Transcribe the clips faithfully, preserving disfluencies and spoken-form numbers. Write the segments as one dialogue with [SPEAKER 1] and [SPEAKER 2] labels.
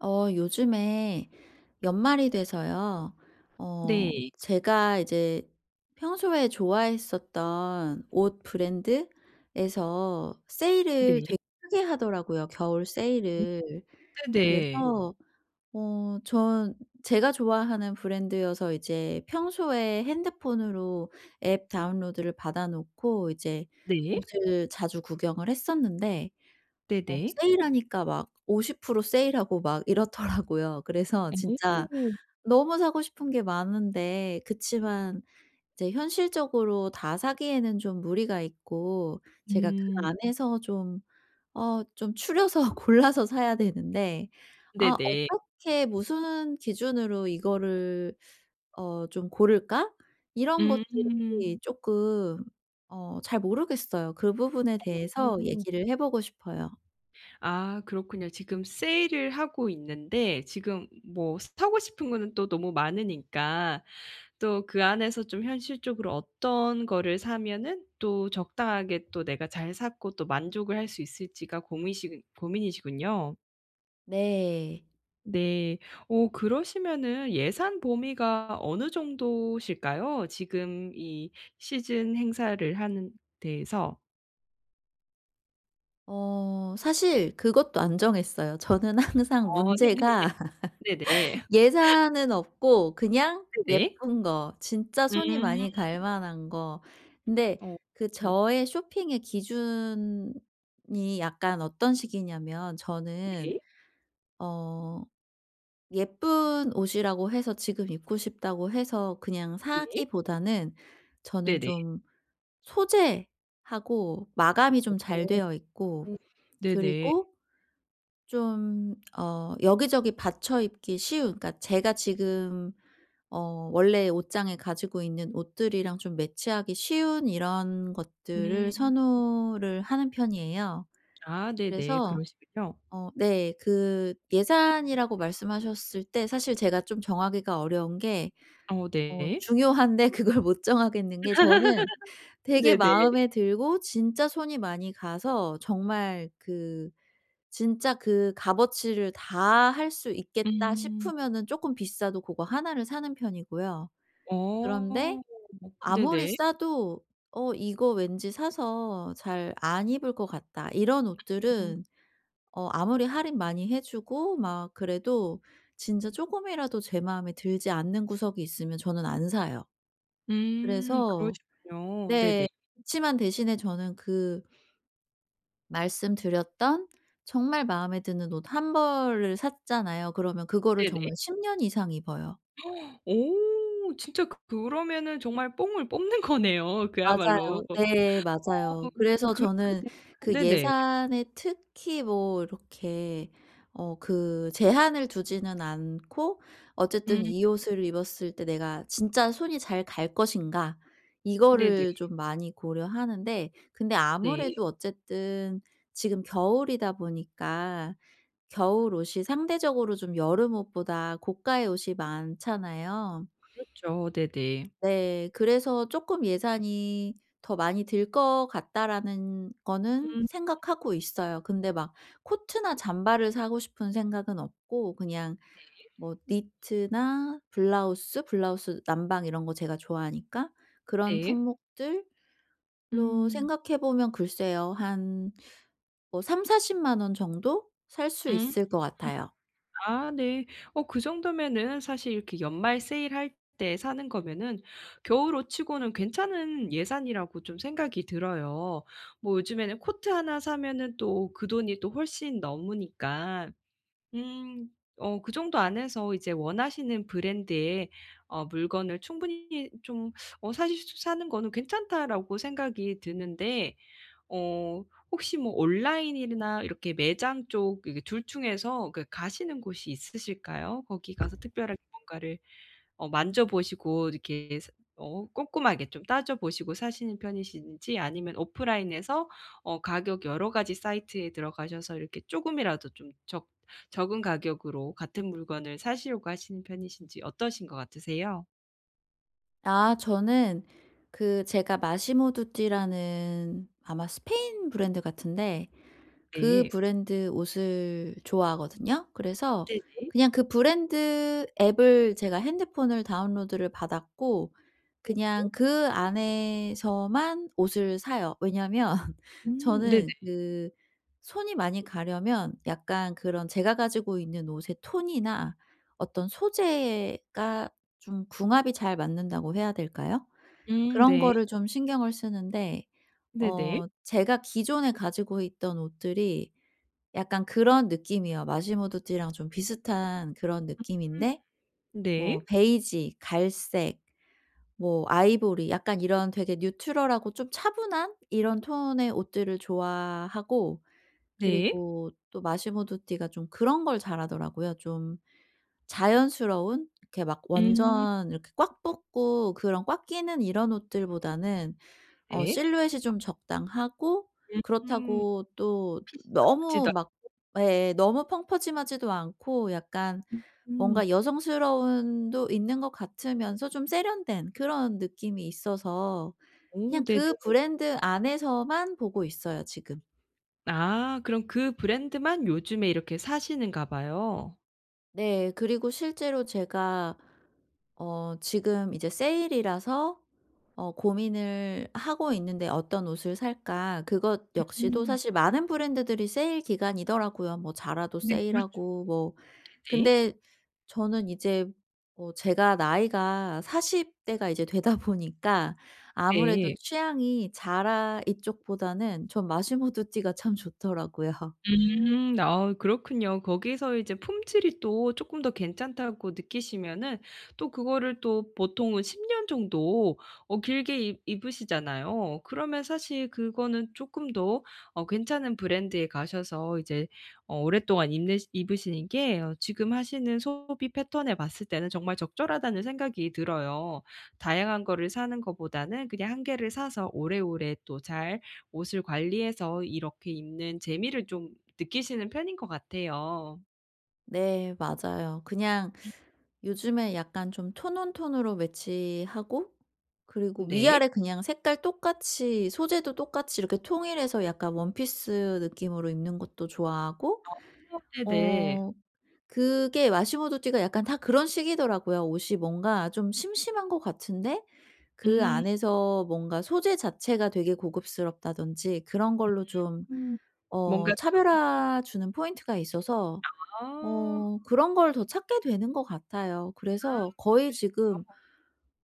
[SPEAKER 1] 어 요즘에 연말이 돼서요. 어
[SPEAKER 2] 네.
[SPEAKER 1] 제가 이제 평소에 좋아했었던 옷 브랜드에서 세일을
[SPEAKER 2] 네.
[SPEAKER 1] 되게 크게 하더라고요, 겨울
[SPEAKER 2] 음
[SPEAKER 1] 세일을.
[SPEAKER 2] 네네.
[SPEAKER 1] 그래서 어 전 제가 좋아하는 브랜드여서 이제 평소에 핸드폰으로 앱 다운로드를 받아 놓고 이제
[SPEAKER 2] 네.
[SPEAKER 1] 옷을 자주 구경을 했었는데 어
[SPEAKER 2] 네네.
[SPEAKER 1] 세일하니까 막 오십 퍼센트 세일하고 막 이렇더라고요. 그래서
[SPEAKER 2] 오.
[SPEAKER 1] 진짜 너무 사고 싶은 게 많은데 그치만 이제 현실적으로 다 사기에는 좀 무리가 있고, 제가
[SPEAKER 2] 음.
[SPEAKER 1] 그 안에서 좀 어 좀 추려서 골라서 사야 되는데 아
[SPEAKER 2] 네네.
[SPEAKER 1] 어떻게 무슨 기준으로 이거를 어 좀 고를까? 이런
[SPEAKER 2] 음.
[SPEAKER 1] 것들이 쪼끔 어 잘 모르겠어요. 그 부분에 대해서
[SPEAKER 2] 음.
[SPEAKER 1] 얘기를 해 보고 싶어요.
[SPEAKER 2] 아 그렇군요. 지금 세일을 하고 있는데 지금 뭐 사고 싶은 거는 또 너무 많으니까 또 그 안에서 좀 현실적으로 어떤 거를 사면은 또 적당하게 또 내가 잘 샀고 또 만족을 할 수 있을지가 고민이시 고민이시군요.
[SPEAKER 1] 네.
[SPEAKER 2] 네. 어 그러시면은 예산 범위가 어느 정도실까요? 지금 이 시즌 행사를 하는 데에서?
[SPEAKER 1] 어 사실 그것도 안 정했어요. 저는 항상
[SPEAKER 2] 어 네네.
[SPEAKER 1] 문제가
[SPEAKER 2] 네네.
[SPEAKER 1] 예산은 없고 그냥
[SPEAKER 2] 네네.
[SPEAKER 1] 예쁜 거 진짜 손이
[SPEAKER 2] 음.
[SPEAKER 1] 많이 갈 만한 거. 근데
[SPEAKER 2] 어
[SPEAKER 1] 그
[SPEAKER 2] 네.
[SPEAKER 1] 저의 쇼핑의 기준이 약간 어떤 식이냐면, 저는
[SPEAKER 2] 네.
[SPEAKER 1] 어 예쁜 옷이라고 해서 지금 입고 싶다고 해서 그냥
[SPEAKER 2] 네.
[SPEAKER 1] 사기보다는 저는
[SPEAKER 2] 네네.
[SPEAKER 1] 좀 소재하고 마감이 좀 잘 되어 있고
[SPEAKER 2] 음. 네네.
[SPEAKER 1] 그리고 좀 어 여기저기 받쳐 입기 쉬운, 그러니까 제가 지금 어 원래 옷장에 가지고 있는 옷들이랑 좀 매치하기 쉬운 이런 것들을
[SPEAKER 2] 음.
[SPEAKER 1] 선호를 하는 편이에요.
[SPEAKER 2] 아 네네.
[SPEAKER 1] 그래서
[SPEAKER 2] 그러시군요.
[SPEAKER 1] 어 네, 그 예산이라고 말씀하셨을 때 사실 제가 좀 정하기가 어려운 게
[SPEAKER 2] 어
[SPEAKER 1] 어
[SPEAKER 2] 네.
[SPEAKER 1] 중요한데 그걸 못 정하겠는 게, 저는 되게
[SPEAKER 2] 네네.
[SPEAKER 1] 마음에 들고 진짜 손이 많이 가서 정말 그 진짜 그 값어치를 다 할 수 있겠다
[SPEAKER 2] 음.
[SPEAKER 1] 싶으면은 쪼끔 비싸도 고거 하나를 사는 편이고요. 그런데
[SPEAKER 2] 어.
[SPEAKER 1] 아무리
[SPEAKER 2] 네네.
[SPEAKER 1] 싸도 '어 이거 왠지 사서 잘 안 입을 것 같다.' 이런
[SPEAKER 2] 음.
[SPEAKER 1] 옷들은 어 아무리 할인 많이 해 주고 막 그래도 진짜 쪼금이라도 제 마음에 들지 않는 구석이 있으면 저는 안 사요.
[SPEAKER 2] 음
[SPEAKER 1] 그래서
[SPEAKER 2] 그러시군요. 네네.
[SPEAKER 1] 네. 그치만 대신에 저는 그 말씀드렸던 정말 마음에 드는 옷 한 벌을 샀잖아요. 그러면 그거를
[SPEAKER 2] 네네.
[SPEAKER 1] 정말 십 년 이상 입어요.
[SPEAKER 2] 오 진짜 그 그러면은 정말 뽕을 뽑는 거네요, 그야말로.
[SPEAKER 1] 맞아요. 네 맞아요.
[SPEAKER 2] 어
[SPEAKER 1] 그래서
[SPEAKER 2] 그렇게
[SPEAKER 1] 저는 그
[SPEAKER 2] 되면 네네.
[SPEAKER 1] 예산에 특히 뭐 이렇게 어 그 제한을 두지는 않고 어쨌든
[SPEAKER 2] 음
[SPEAKER 1] '이 옷을 입었을 때 내가 진짜 손이 잘 갈 것인가.'
[SPEAKER 2] 네네.
[SPEAKER 1] 이거를 좀 많이 고려하는데, 근데
[SPEAKER 2] 네.
[SPEAKER 1] 아무래도 어쨌든 지금 겨울이다 보니까 겨울 옷이 상대적으로 좀 여름 옷보다 고가의 옷이 많잖아요.
[SPEAKER 2] 그렇죠. 네네.
[SPEAKER 1] 네. 그래서 조금 예산이 더 많이 들 것 같다.'라는 거는
[SPEAKER 2] 음
[SPEAKER 1] 생각하고 있어요. 근데 막 코트나 잠바를 사고 싶은 생각은 없고 그냥 뭐 니트나 블라우스, 블라우스 남방 이런 거 제가 좋아하니까 그런
[SPEAKER 2] 네.
[SPEAKER 1] 품목들로
[SPEAKER 2] 음.
[SPEAKER 1] 생각해 보면 글쎄요. 한 뭐 삼백 사십 십만 원 정도 살 수
[SPEAKER 2] 음.
[SPEAKER 1] 있을 것 같아요.
[SPEAKER 2] 아 네. 어 그 정도면은 사실 이렇게 연말 세일할 때 사는 거면은 겨울옷 치고는 괜찮은 예산이라고 좀 생각이 들어요. 뭐 요즘에는 코트 하나 사면은 또 그 돈이 또 훨씬 넘으니까. 음. 어 그 정도 안에서 이제 원하시는 브랜드의 어 물건을 충분히 좀, 어 사실 '사는 거는 괜찮다.'라고 생각이 드는데, 어 혹시 뭐 온라인이나 이렇게 매장 쪽 둘 중에서 그 가시는 곳이 있으실까요? 거기 가서 특별하게 뭔가를 어 만져 보시고 이렇게 사 어 꼼꼼하게 좀 따져 보시고 사시는 편이신지, 아니면 오프라인에서 어 가격 여러 가지 사이트에 들어가셔서 이렇게 쪼금이라도 좀 적 적은 가격으로 같은 물건을 사시려고 하시는 편이신지 어떠신 것 같으세요?
[SPEAKER 1] 아 저는 그 제가 마시모 두띠라는 아마 스페인 브랜드 같은데 그
[SPEAKER 2] 네.
[SPEAKER 1] 브랜드 옷을 좋아하거든요. 그래서
[SPEAKER 2] 네네.
[SPEAKER 1] 그냥 그 브랜드 앱을 제가 핸드폰을 다운로드를 받았고
[SPEAKER 2] 네.
[SPEAKER 1] 그냥 그 안에서만 옷을 사요. 왜냐면
[SPEAKER 2] 음 네네.
[SPEAKER 1] 저는 그 손이 많이 가려면 약간 그런 제가 가지고 있는 옷의 톤이나 어떤 소재가 좀 궁합이 잘 맞는다고 해야 될까요?
[SPEAKER 2] 음
[SPEAKER 1] 그런
[SPEAKER 2] 네.
[SPEAKER 1] 거를 좀 신경을 쓰는데
[SPEAKER 2] 네네.
[SPEAKER 1] 어 제가 기존에 가지고 있던 옷들이 약간 그런 느낌이에요. 마시모도 띠랑 좀 비슷한 그런
[SPEAKER 2] 음
[SPEAKER 1] 느낌인데
[SPEAKER 2] 네.
[SPEAKER 1] 뭐 베이지, 갈색, 뭐 아이보리, 약간 이런 되게 뉴트럴하고 좀 차분한 이런 톤의 옷들을 좋아하고,
[SPEAKER 2] 네.
[SPEAKER 1] 그리고 또 마시모 두띠가 좀 그런 걸 잘하더라고요. 좀 자연스러운, 이렇게 막
[SPEAKER 2] 음
[SPEAKER 1] 완전 이렇게 꽉 붙고 그런 꽉 끼는 이런 옷들보다는 어
[SPEAKER 2] 네.
[SPEAKER 1] 실루엣이 좀 적당하고
[SPEAKER 2] 음
[SPEAKER 1] 그렇다고 또
[SPEAKER 2] 피씨도
[SPEAKER 1] 너무
[SPEAKER 2] 없지도 않.
[SPEAKER 1] 막 예 너무 펑퍼짐하지도 않고, 약간
[SPEAKER 2] 음.
[SPEAKER 1] 뭔가 여성스러움도 있는 것 같으면서 좀 세련된 그런 느낌이 있어서
[SPEAKER 2] 오
[SPEAKER 1] 그냥
[SPEAKER 2] 네네.
[SPEAKER 1] 그 브랜드 안에서만 보고 있어요 지금.
[SPEAKER 2] 아 그럼 그 브랜드만 요즘에 이렇게 사시는가 봐요.
[SPEAKER 1] 네. 그리고 실제로 제가 어 지금 이제 세일이라서 어 고민을 하고 있는데 '어떤 옷을 살까?' 그것 역시도
[SPEAKER 2] 음.
[SPEAKER 1] 사실 많은 브랜드들이 세일 기간이더라고요. 뭐 자라도
[SPEAKER 2] 네 음. 그렇죠.
[SPEAKER 1] 세일하고 뭐.
[SPEAKER 2] 네.
[SPEAKER 1] 근데 저는 이제 어 제가 나이가 사십 대가 이제 되다 보니까 아무래도
[SPEAKER 2] 네.
[SPEAKER 1] 취향이 자라 이쪽보다는 전 마시모 두띠가 참 좋더라고요.
[SPEAKER 2] 음. 아 그렇군요. 거기서 이제 품질이 또 조금 더 괜찮다고 느끼시면은 또 그거를 또 보통은 십 년 정도 어 길게 입 입으시잖아요. 그러면 사실 그거는 조금 더 어 괜찮은 브랜드에 가셔서 이제 어 오랫동안 입는 입으시는 게, 어 지금 하시는 소비 패턴에 봤을 때는 정말 적절하다는 생각이 들어요. 다양한 거를 사는 것보다는 그냥 한 개를 사서 오래오래 또 잘 옷을 관리해서 이렇게 입는 재미를 좀 느끼시는 편인 것 같아요.
[SPEAKER 1] 네 맞아요. 그냥
[SPEAKER 2] 음.
[SPEAKER 1] 요즘에 약간 좀 톤온 톤으로 매치하고, 그리고
[SPEAKER 2] 네.
[SPEAKER 1] 위아래 그냥 색깔 똑같이 소재도 똑같이 이렇게 통일해서 약간 원피스 느낌으로 입는 것도 좋아하고
[SPEAKER 2] 어 네네.
[SPEAKER 1] 어 그게 마시모도띠가 약간 다 그런 식이더라고요. 옷이 뭔가 좀 심심한 것 같은데 그
[SPEAKER 2] 음.
[SPEAKER 1] 안에서 뭔가 소재 자체가 되게 고급스럽다든지 그런 걸로 좀 어
[SPEAKER 2] 뭔가 좀.
[SPEAKER 1] 차별화 주는 포인트가 있어서
[SPEAKER 2] 아.
[SPEAKER 1] 어 그런 걸 더 찾게 되는 것 같아요.
[SPEAKER 2] 아
[SPEAKER 1] 그래서 거의
[SPEAKER 2] 그러시군요.
[SPEAKER 1] 지금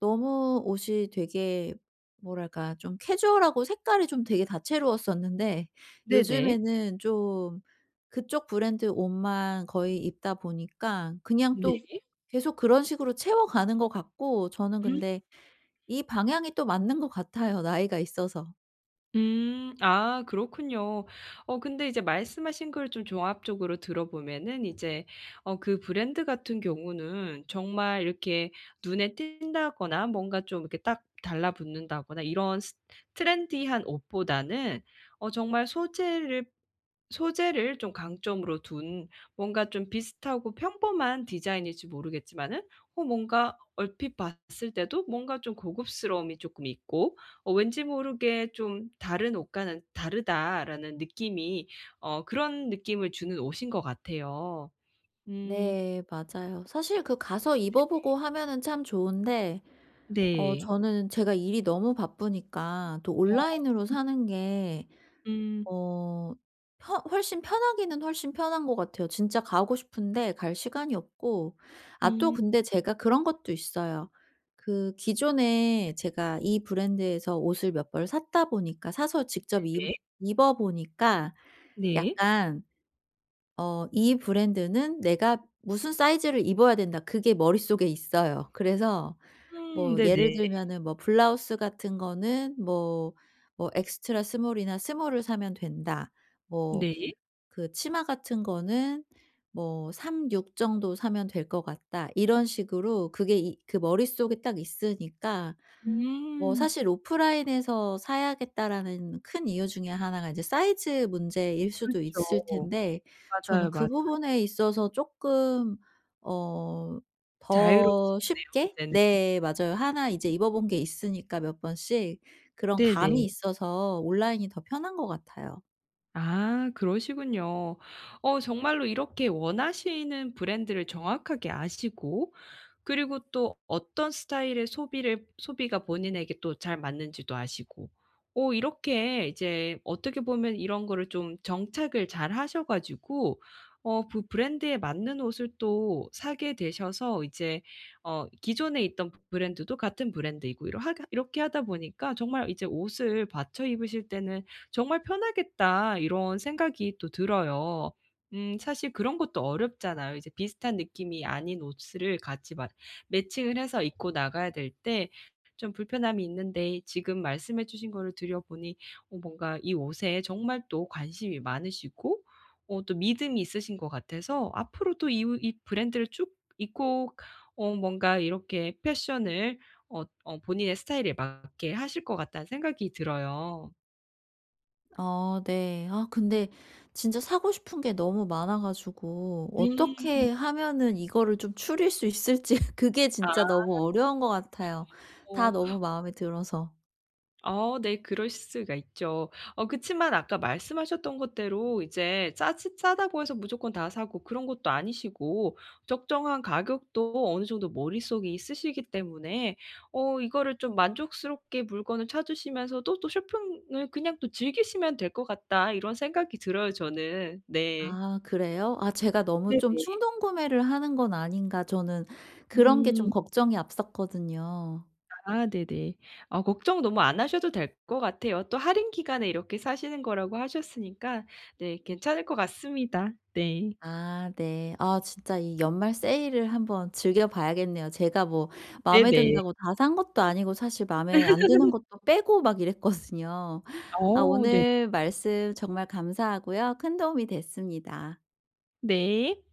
[SPEAKER 1] 너무 옷이 되게 뭐랄까 좀 캐주얼하고 색깔이 좀 되게 다채로웠었는데
[SPEAKER 2] 네네.
[SPEAKER 1] 요즘에는 좀 그쪽 브랜드 옷만 거의 입다 보니까 그냥
[SPEAKER 2] 네.
[SPEAKER 1] 또 계속 그런 식으로 채워가는 것 같고, 저는
[SPEAKER 2] 음.
[SPEAKER 1] 근데 이 방향이 또 맞는 것 같아요, 나이가 있어서.
[SPEAKER 2] 음. 아 그렇군요. 어 근데 이제 말씀하신 걸 좀 종합적으로 들어보면은 이제, 어 그 브랜드 같은 경우는 정말 이렇게 눈에 띈다거나 뭔가 좀 이렇게 딱 달라붙는다거나 이런 스 트렌디한 옷보다는, 어 정말 소재를 소재를 좀 강점으로 둔, 뭔가 좀 비슷하고 평범한 디자인일지 모르겠지만은 어 뭔가 얼핏 봤을 때도 뭔가 좀 고급스러움이 조금 있고, 어 왠지 모르게 좀 '다른 옷과는 다르다.'라는 느낌이, 어 그런 느낌을 주는 옷인 것 같아요. 음
[SPEAKER 1] 네 맞아요. 사실 그 가서 입어보고 하면은 참 좋은데 어
[SPEAKER 2] 네.
[SPEAKER 1] 저는 제가 일이 너무 바쁘니까 또
[SPEAKER 2] 어.
[SPEAKER 1] 온라인으로 사는 게
[SPEAKER 2] 음.
[SPEAKER 1] 어 편 훨씬 편하기는 훨씬 편한 것 같아요. 진짜 가고 싶은데 갈 시간이 없고. 아
[SPEAKER 2] 음
[SPEAKER 1] 또 근데 제가 그런 것도 있어요. 그 기존에 제가 이 브랜드에서 옷을 몇 벌 샀다 보니까 사서 직접 입
[SPEAKER 2] 네.
[SPEAKER 1] 입어 보니까
[SPEAKER 2] 네.
[SPEAKER 1] 약간 어 이 브랜드는 내가 무슨 사이즈를 입어야 된다, 그게 머릿속에 있어요. 그래서
[SPEAKER 2] 음
[SPEAKER 1] 뭐 예를
[SPEAKER 2] 네네.
[SPEAKER 1] 들면은 뭐 블라우스 같은 거는 뭐 뭐 엑스트라 스몰이나 스몰을 사면 된다, 뭐
[SPEAKER 2] 네.
[SPEAKER 1] 그 치마 같은 거는 뭐 삼십육 정도 사면 될 것 같다, 이런 식으로 그게 이 그 머릿속에 딱 있으니까 뭐
[SPEAKER 2] 음.
[SPEAKER 1] 사실 '오프라인에서 사야겠다.'라는 큰 이유 중에 하나가 이제 사이즈 문제일 수도 있을
[SPEAKER 2] 그렇죠.
[SPEAKER 1] 텐데 저는
[SPEAKER 2] 맞아요,
[SPEAKER 1] 그
[SPEAKER 2] 맞아요.
[SPEAKER 1] 부분에 있어서 쪼끔 어 더
[SPEAKER 2] 자유로우시겠네요,
[SPEAKER 1] 쉽게,
[SPEAKER 2] 이제는.
[SPEAKER 1] 네 맞아요, 하나 이제 입어 본 게 있으니까 몇 번씩 그런 감이
[SPEAKER 2] 네네.
[SPEAKER 1] 있어서 온라인이 더 편한 것 같아요.
[SPEAKER 2] 아 그러시군요. 어 정말로 이렇게 원하시는 브랜드를 정확하게 아시고, 그리고 또 어떤 스타일의 소비를 소비가 본인에게 또 잘 맞는지도 아시고, 오 이렇게 이제 어떻게 보면 이런 거를 좀 정착을 잘 하셔 가지고 어 그 브랜드에 맞는 옷을 또 사게 되셔서 이제 어 기존에 있던 브랜드도 같은 브랜드이고, 이러 하 이렇게 하다 보니까 정말 이제 옷을 받쳐 입으실 때는 정말 편하겠다.' 이런 생각이 또 들어요. 음 사실 그런 것도 어렵잖아요. 이제 비슷한 느낌이 아닌 옷을 같이 마 매칭을 해서 입고 나가야 될 때 좀 불편함이 있는데, 지금 말씀해 주신 거를 들여보니 어 뭔가 이 옷에 정말 또 관심이 많으시고, 어 또 믿음이 있으신 것 같아서 앞으로도 이 우- 이 브랜드를 쭉 입고 어 뭔가 이렇게 패션을 어 어 본인의 스타일에 맞게 하실 것 같다는 생각이 들어요.
[SPEAKER 1] 아 네. 아 근데 진짜 사고 싶은 게 너무 많아 가지고
[SPEAKER 2] 음.
[SPEAKER 1] 어떻게 하면은 이거를 좀 줄일 수 있을지 그게 진짜
[SPEAKER 2] 아.
[SPEAKER 1] 너무 어려운 것 같아요, 다
[SPEAKER 2] 어
[SPEAKER 1] 너무 마음에 들어서.
[SPEAKER 2] 아 네. 그럴 수가 있죠. 어 그치만 아까 말씀하셨던 것대로 이제 짜지 싸다고 해서 무조건 다 사고 그런 것도 아니시고, 적정한 가격도 어느 정도 머릿속에 있으시기 때문에 어 이거를 좀 만족스럽게 물건을 찾으시면서도 또 '쇼핑을 그냥 또 즐기시면 될 것 같다.' 이런 생각이 들어요, 저는. 네.
[SPEAKER 1] 아 그래요? 아 제가 너무 좀
[SPEAKER 2] 네네.
[SPEAKER 1] 충동 구매를 하는 건 아닌가, 저는 그런 게 좀
[SPEAKER 2] 음.
[SPEAKER 1] 걱정이 앞섰거든요.
[SPEAKER 2] 아 네네. 아 걱정 너무 안 하셔도 될 것 같아요. 또 할인 기간에 이렇게 사시는 거라고 하셨으니까 네 괜찮을 것 같습니다. 네.
[SPEAKER 1] 아 네. 아 진짜 이 연말 세일을 한번 즐겨 봐야겠네요. 제가 뭐 마음에
[SPEAKER 2] 네네.
[SPEAKER 1] 든다고 다 산 것도 아니고 사실 마음에 안 드는 것도 빼고 막 이랬거든요. 아
[SPEAKER 2] 어 네.
[SPEAKER 1] 오늘 말씀 정말 감사하고요. 큰 도움이 됐습니다.
[SPEAKER 2] 네.